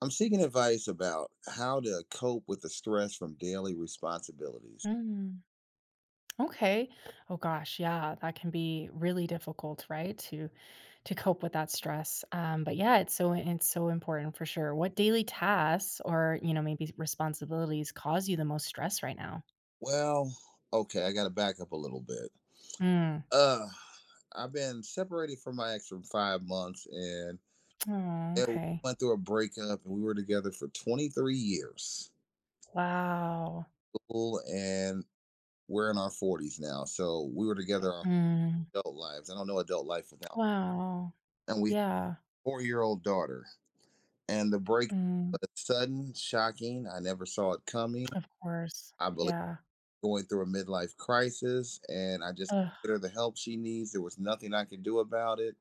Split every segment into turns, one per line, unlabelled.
I'm seeking advice about how to cope with the stress from daily responsibilities.
Mm, okay. Oh gosh, yeah, that can be really difficult, right? To cope with that stress. But yeah, it's so important for sure. What daily tasks or maybe responsibilities cause you the most stress right now?
Well, okay, I got to back up a little bit.
Mm.
Uh, I've been separated from my ex for 5 months, and
Oh,
it
okay.
went through a breakup, and we were together for 23 years.
Wow.
Cool. And we're in our 40s now, so we were together our
Mm.
adult lives. I don't know adult life without.
Wow.
And we have
Yeah.
a 4-year-old daughter, and the breakup
Mm.
was sudden, shocking. I never saw it coming.
Of course.
I believe.
Yeah.
Going through a midlife crisis, and I just
Ugh.
get her the help she needs. There was nothing I could do about it.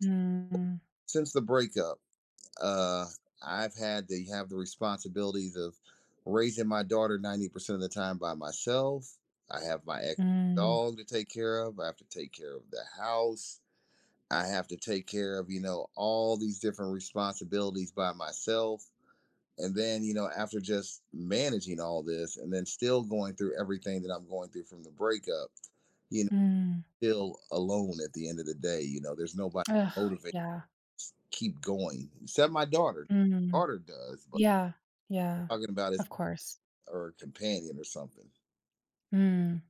Mm.
Since the breakup, uh, I've had to have the responsibilities of raising my daughter 90% of the time by myself. I have my ex
Mm.
dog to take care of. I have to take care of the house. I have to take care of, you know, all these different responsibilities by myself. And then, you know, after just managing all this and then still going through everything that I'm going through from the breakup, you know,
Mm.
still alone at the end of the day, you know, there's nobody
Ugh.
to motivate,
Yeah.
us, to keep going, except my daughter.
Mm.
Daughter does, but
Yeah. Yeah.
talking about is
Of course.
or companion or something.
Mm.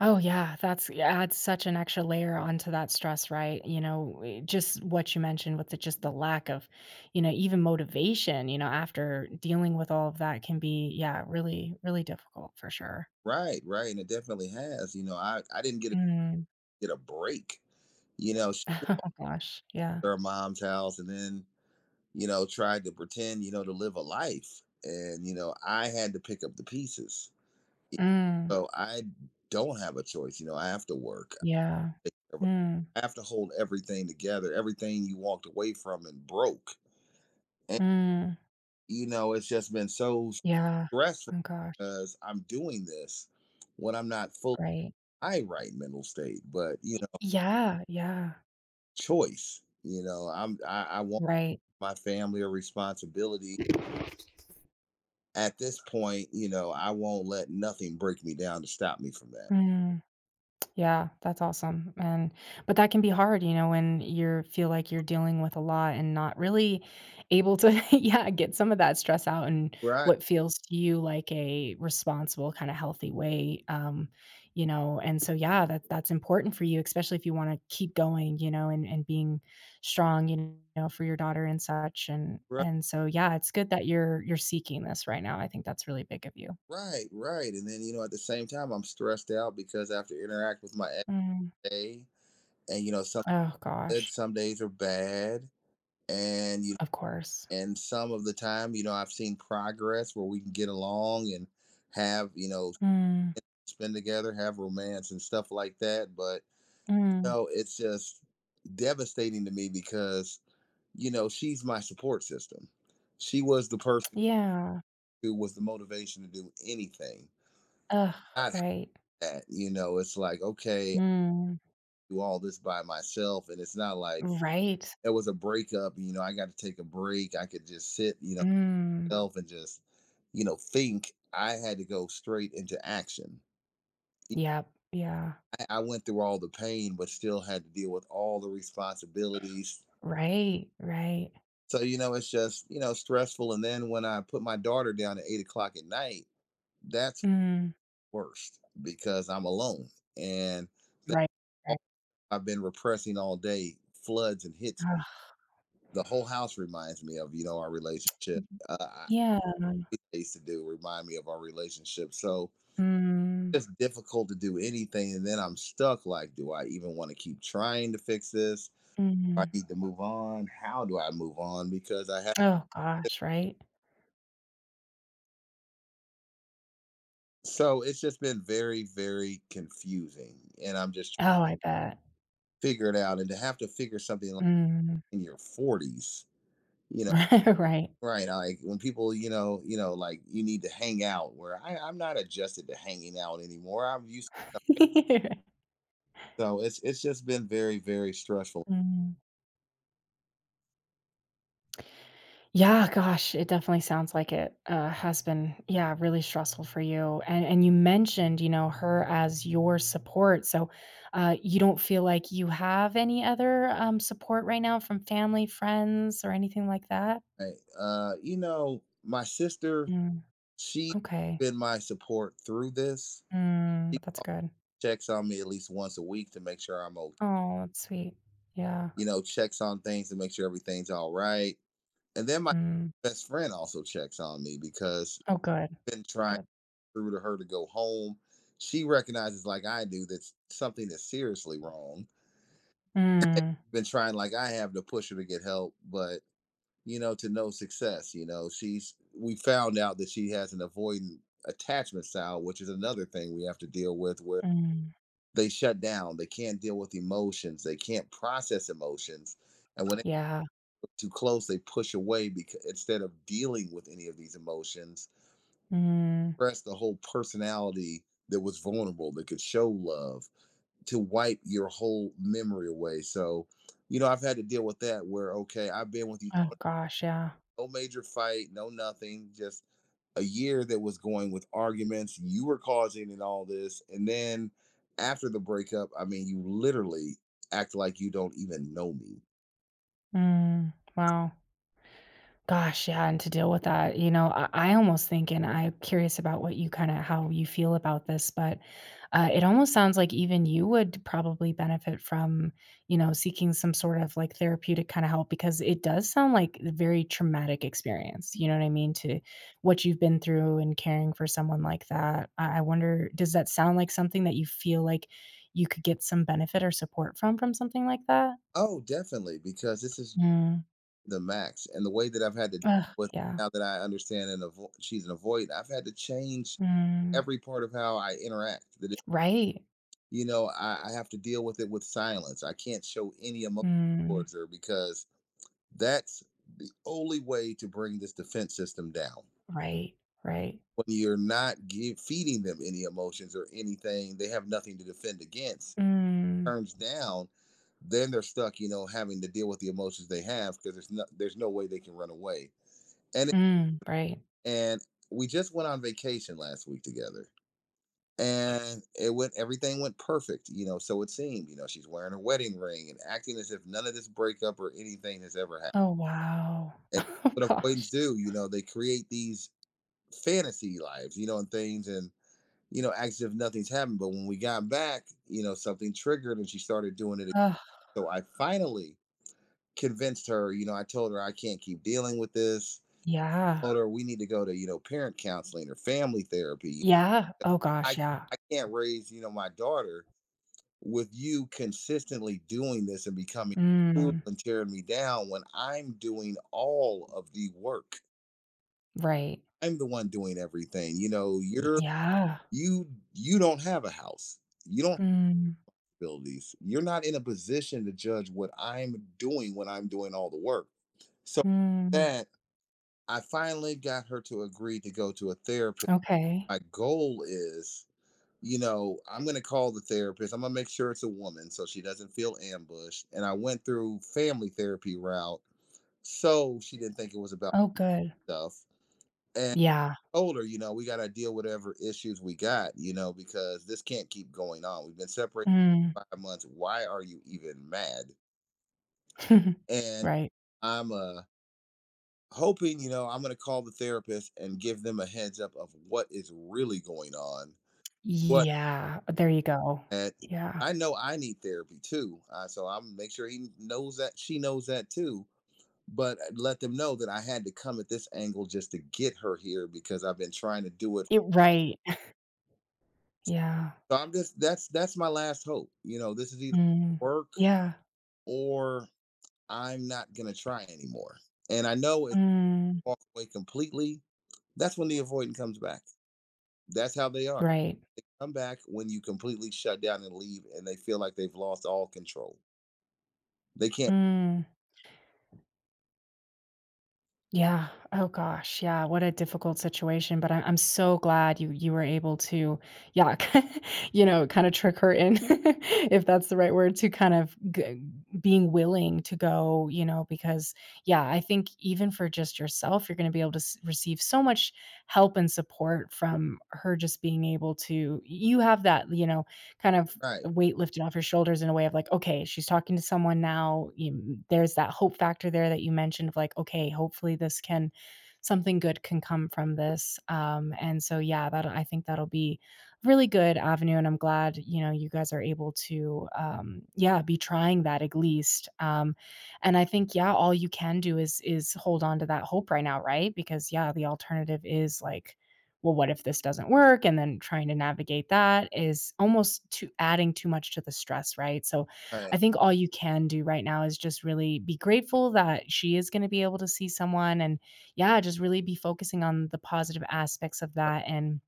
Oh yeah, that's it adds such an extra layer onto that stress, right? Just what you mentioned with the just the lack of, even motivation, after dealing with all of that can be, yeah, really, really difficult for sure.
Right, right. And it definitely has. You know, I didn't
Mm.
get a break. You know, she
Oh gosh,
went
yeah.
to her mom's house and then, you know, tried to pretend, you know, to live a life. And, you know, I had to pick up the pieces.
Mm.
So I don't have a choice. You know, I have to work. I
Yeah.
take care of it.
Mm.
I have to hold everything together. Everything you walked away from and broke. And
Mm.
you know, it's just been so
Yeah.
stressful
Oh gosh,
because I'm doing this when I'm not full
right.
my right mental state. But you know,
Yeah, yeah,
choice. You know, I want
right.
my family a responsibility. At this point, you know, I won't let nothing break me down to stop me from that.
Mm. Yeah, that's awesome. And but that can be hard, when you feel like you're dealing with a lot and not really able to yeah, get some of that stress out in
Right,
what feels to you like a responsible kind of healthy way. And so yeah, that's important for you, especially if you want to keep going, and being strong, for your daughter and such and
right.
and so yeah, it's good that you're seeking this right now. I think that's really big of you.
Right, right. And then, you know, at the same time, I'm stressed out because I have to interact with my ex
Mm.
day. And, you know, some
Oh
good,
gosh.
some days are bad. And, you
Of course.
and some of the time, you know, I've seen progress where we can get along and have, you know,
Mm.
spend together, have romance and stuff like that. But, you
Mm,
know, it's just devastating to me because, you know, she's my support system. She was the person
yeah.
who was the motivation to do anything.
Ugh,
Not
right.
that, you know, it's like, okay,
Mm,
do all this by myself. And it's not like
right.
it was a breakup, you know, I got to take a break. I could just sit, you know,
Mm,
self and just, you know, think. I had to go straight into action. E,
yep, yeah.
I went through all the pain, but still had to deal with all the responsibilities.
Right, right.
So, you know, it's just, you know, stressful. And then when I put my daughter down at 8 o'clock at night, that's
Mm,
worst because I'm alone. And that's
right, right.
all I've been repressing all day floods and hits
Ugh.
the whole house reminds me of you know our relationship.
Mhm.
I
Yeah.
used to do remind me of our relationship. So
Mm,
it's difficult to do anything, and then I'm stuck. Like, do I even want to keep trying to fix this? I
mhm.
need to move on. How do I move on? Because I have.
Oh gosh, right?
So it's just been very, very confusing, and I'm just
Oh, I bet.
figuring it out. And to have to figure something like
Mm,
in your 40s, you know,
right.
right? Like when people, you know, like you need to hang out. Where I'm not adjusted to hanging out anymore. I'm used. So it's just been very, very stressful.
Mm. Yeah, gosh, it definitely sounds like it has been, yeah, really stressful for you. And you mentioned, her as your support. So, you don't feel like you have any other support right now from family, friends, or anything like that.
Right? You know, my sister,
Mm,
she's
okay,
been my support through this. She
mm, that's good.
checks on me at least once a week to make sure I'm okay.
Oh, that's sweet. Yeah.
You know, checks on things to make sure everything's all right. And then my
Mm.
best friend also checks on me because
Oh, good.
I've been trying
Good.
through to her to go home. She recognizes, like I do, that something is seriously wrong.
Mm,
Been trying, like I have, to push her to get help, but you know, to no success. You know, she's we found out that she has an avoidant attachment style, which is another thing we have to deal with where
mm,
they shut down, they can't deal with emotions, they can't process emotions. And when they
yeah.
get too close, they push away because instead of dealing with any of these emotions,
Mm.
press the whole personality that was vulnerable, that could show love, to wipe your whole memory away. So, you know, I've had to deal with that where, okay, I've been with you
Oh gosh, yeah.
no major fight, no nothing, just a year that was going with arguments. You were causing and all this. And then after the breakup, I mean, you literally act like you don't even know me.
Mm, wow. Gosh, yeah, and to deal with that, I almost think and I'm curious about what you kinda how you feel about this, but, it almost sounds like even you would probably benefit from, seeking some sort of, like, therapeutic kinda help because it does sound like a very traumatic experience, you know what I mean, to what you've been through and caring for someone like that. I wonder, does that sound like something that you feel like you could get some benefit or support from something like that?
Oh, definitely, because this is
Mm.
the max. And the way that I've had to deal
Ugh,
with
yeah.
now that I understand and she's an avoid, I've had to change
Mm.
every part of how I interact. That, it,
Right.
you know, I have to deal with it with silence. I can't show any emotion
Mm,
towards her because that's the only way to bring this defense system down.
right, right.
When you're not feeding them any emotions or anything, they have nothing to defend against.
Mm,
Turns down, then they're stuck, you know, having to deal with the emotions they have because there's no way they can run away. And
mm, right.
and we just went on vacation last week together, and it went everything went perfect, you know. So it seemed, you know, she's wearing her wedding ring and acting as if none of this breakup or anything has ever happened.
Oh, wow.
And
Oh,
what
gosh.
avoidance do, you know, they create these fantasy lives, you know, and things and you know, acts if nothing's happened. But when we got back, you know, something triggered and she started doing it.
Oh
So I finally convinced her, you know, I told her I can't keep dealing with this.
yeah.
I told her we need to go to, you know, parent counseling or family therapy.
Yeah. Oh, gosh,
I
yeah.
I can't raise, you know, my daughter with you consistently doing this and becoming cruel
Mm,
and tearing me down when I'm doing all of the work.
right.
I'm the one doing everything. You know,
Y
you're
yeah.
you you don't have a house. You don't
Mm,
build these. You're not in a position to judge what I'm doing when I'm doing all the work. So
mm,
that I finally got her to agree to go to a therapist.
okay.
My goal is, you know, I'm going to call the therapist. I'm going to make sure it's a woman so she doesn't feel ambushed. And I went through family therapy route so she didn't think it was about
Oh, good.
stuff. And.
Yeah.
Older, you know, we got to deal with whatever issues we got, you know, because this can't keep going on. We've been separated
Mm.
for 5 months. Why are you even mad? And
Right.
I'm hoping, you know, I'm going to call the therapist and give them a heads up of what is really going on. What?
Yeah. There you go.
And
Yeah.
I know I need therapy too. So I'm make sure he knows that she knows that too. But let them know that I had to come at this angle just to get her here because I've been trying to do it.
It right. Yeah.
So I'm just that's my last hope. You know, this is either
Mm.
work
Yeah.
or I'm not gonna try anymore. And I know if
Mm,
I walk away completely, that's when the avoidant comes back. That's how they are.
right.
Come back when you completely shut down and leave and they feel like they've lost all control. They can't.
Mm. Yeah. Oh gosh. Yeah. What a difficult situation. But I'm so glad you were able to, yeah, kind of trick her in, if that's the right word, to kind of being willing to go. Because yeah, I think even for just yourself, you're going to be able to receive so much help and support from her just being able to. You have that, kind of
right,
a weight lifted off your shoulders in a way of like, "Okay, she's talking to someone now." You There's that hope factor there that you mentioned of like, "Okay, hopefully this can something good can come from this." And so, yeah, that I think that'll be a really good avenue, and I'm glad, you guys are able to, yeah, be trying that at least. And I think, yeah, all you can do is hold on to that hope right now, right? Because, yeah, the alternative is, like, well, what if this doesn't work? And then trying to navigate that is almost too adding too much to the stress, right? So
right,
I think all you can do right now is just really be grateful that she is going to be able to see someone and yeah, just really be focusing on the positive aspects of
right,
that and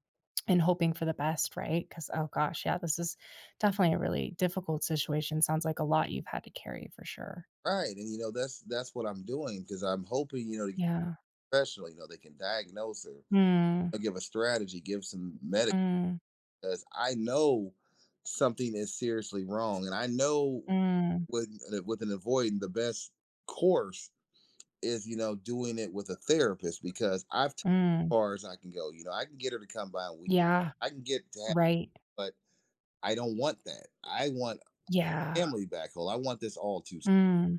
and hoping for the best, right? Cuz oh gosh, yeah, this is definitely a really difficult situation. Sounds like a lot you've had to carry for sure.
right. And you know, that's what I'm doing because I'm hoping, you know, to get
Yeah.
professional, you know, they can diagnose or
Mm,
they'll give a strategy, give some medic
mm,
because I know something is seriously wrong. And I know
mm,
with an avoidant, the best course is you know doing it with a therapist because I've t- as
mm.
far as I can go. You know, I can get her to come by and we,
Yeah,
I can get to have,
right.
but I don't want that. I want
Yeah.
family back home. I want this all to,
Mm.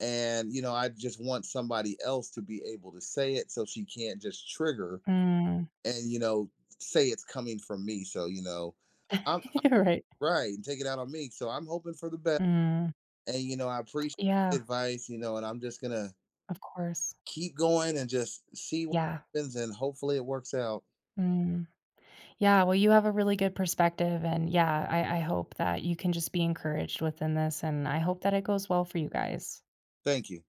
and you know, I just want somebody else to be able to say it so she can't just trigger
Mm.
and you know say it's coming from me. So you know, I'm
Right.
right and take it out on me. So I'm hoping for the best,
Mm.
and you know, I appreciate the
Yeah,
advice. You know, and I'm just gonna
of course.
keep going and just see what
Yeah.
happens and hopefully it works out.
Mm. Yeah, well, you have a really good perspective, and yeah, I hope that you can just be encouraged within this, and I hope that it goes well for you guys.
Thank you.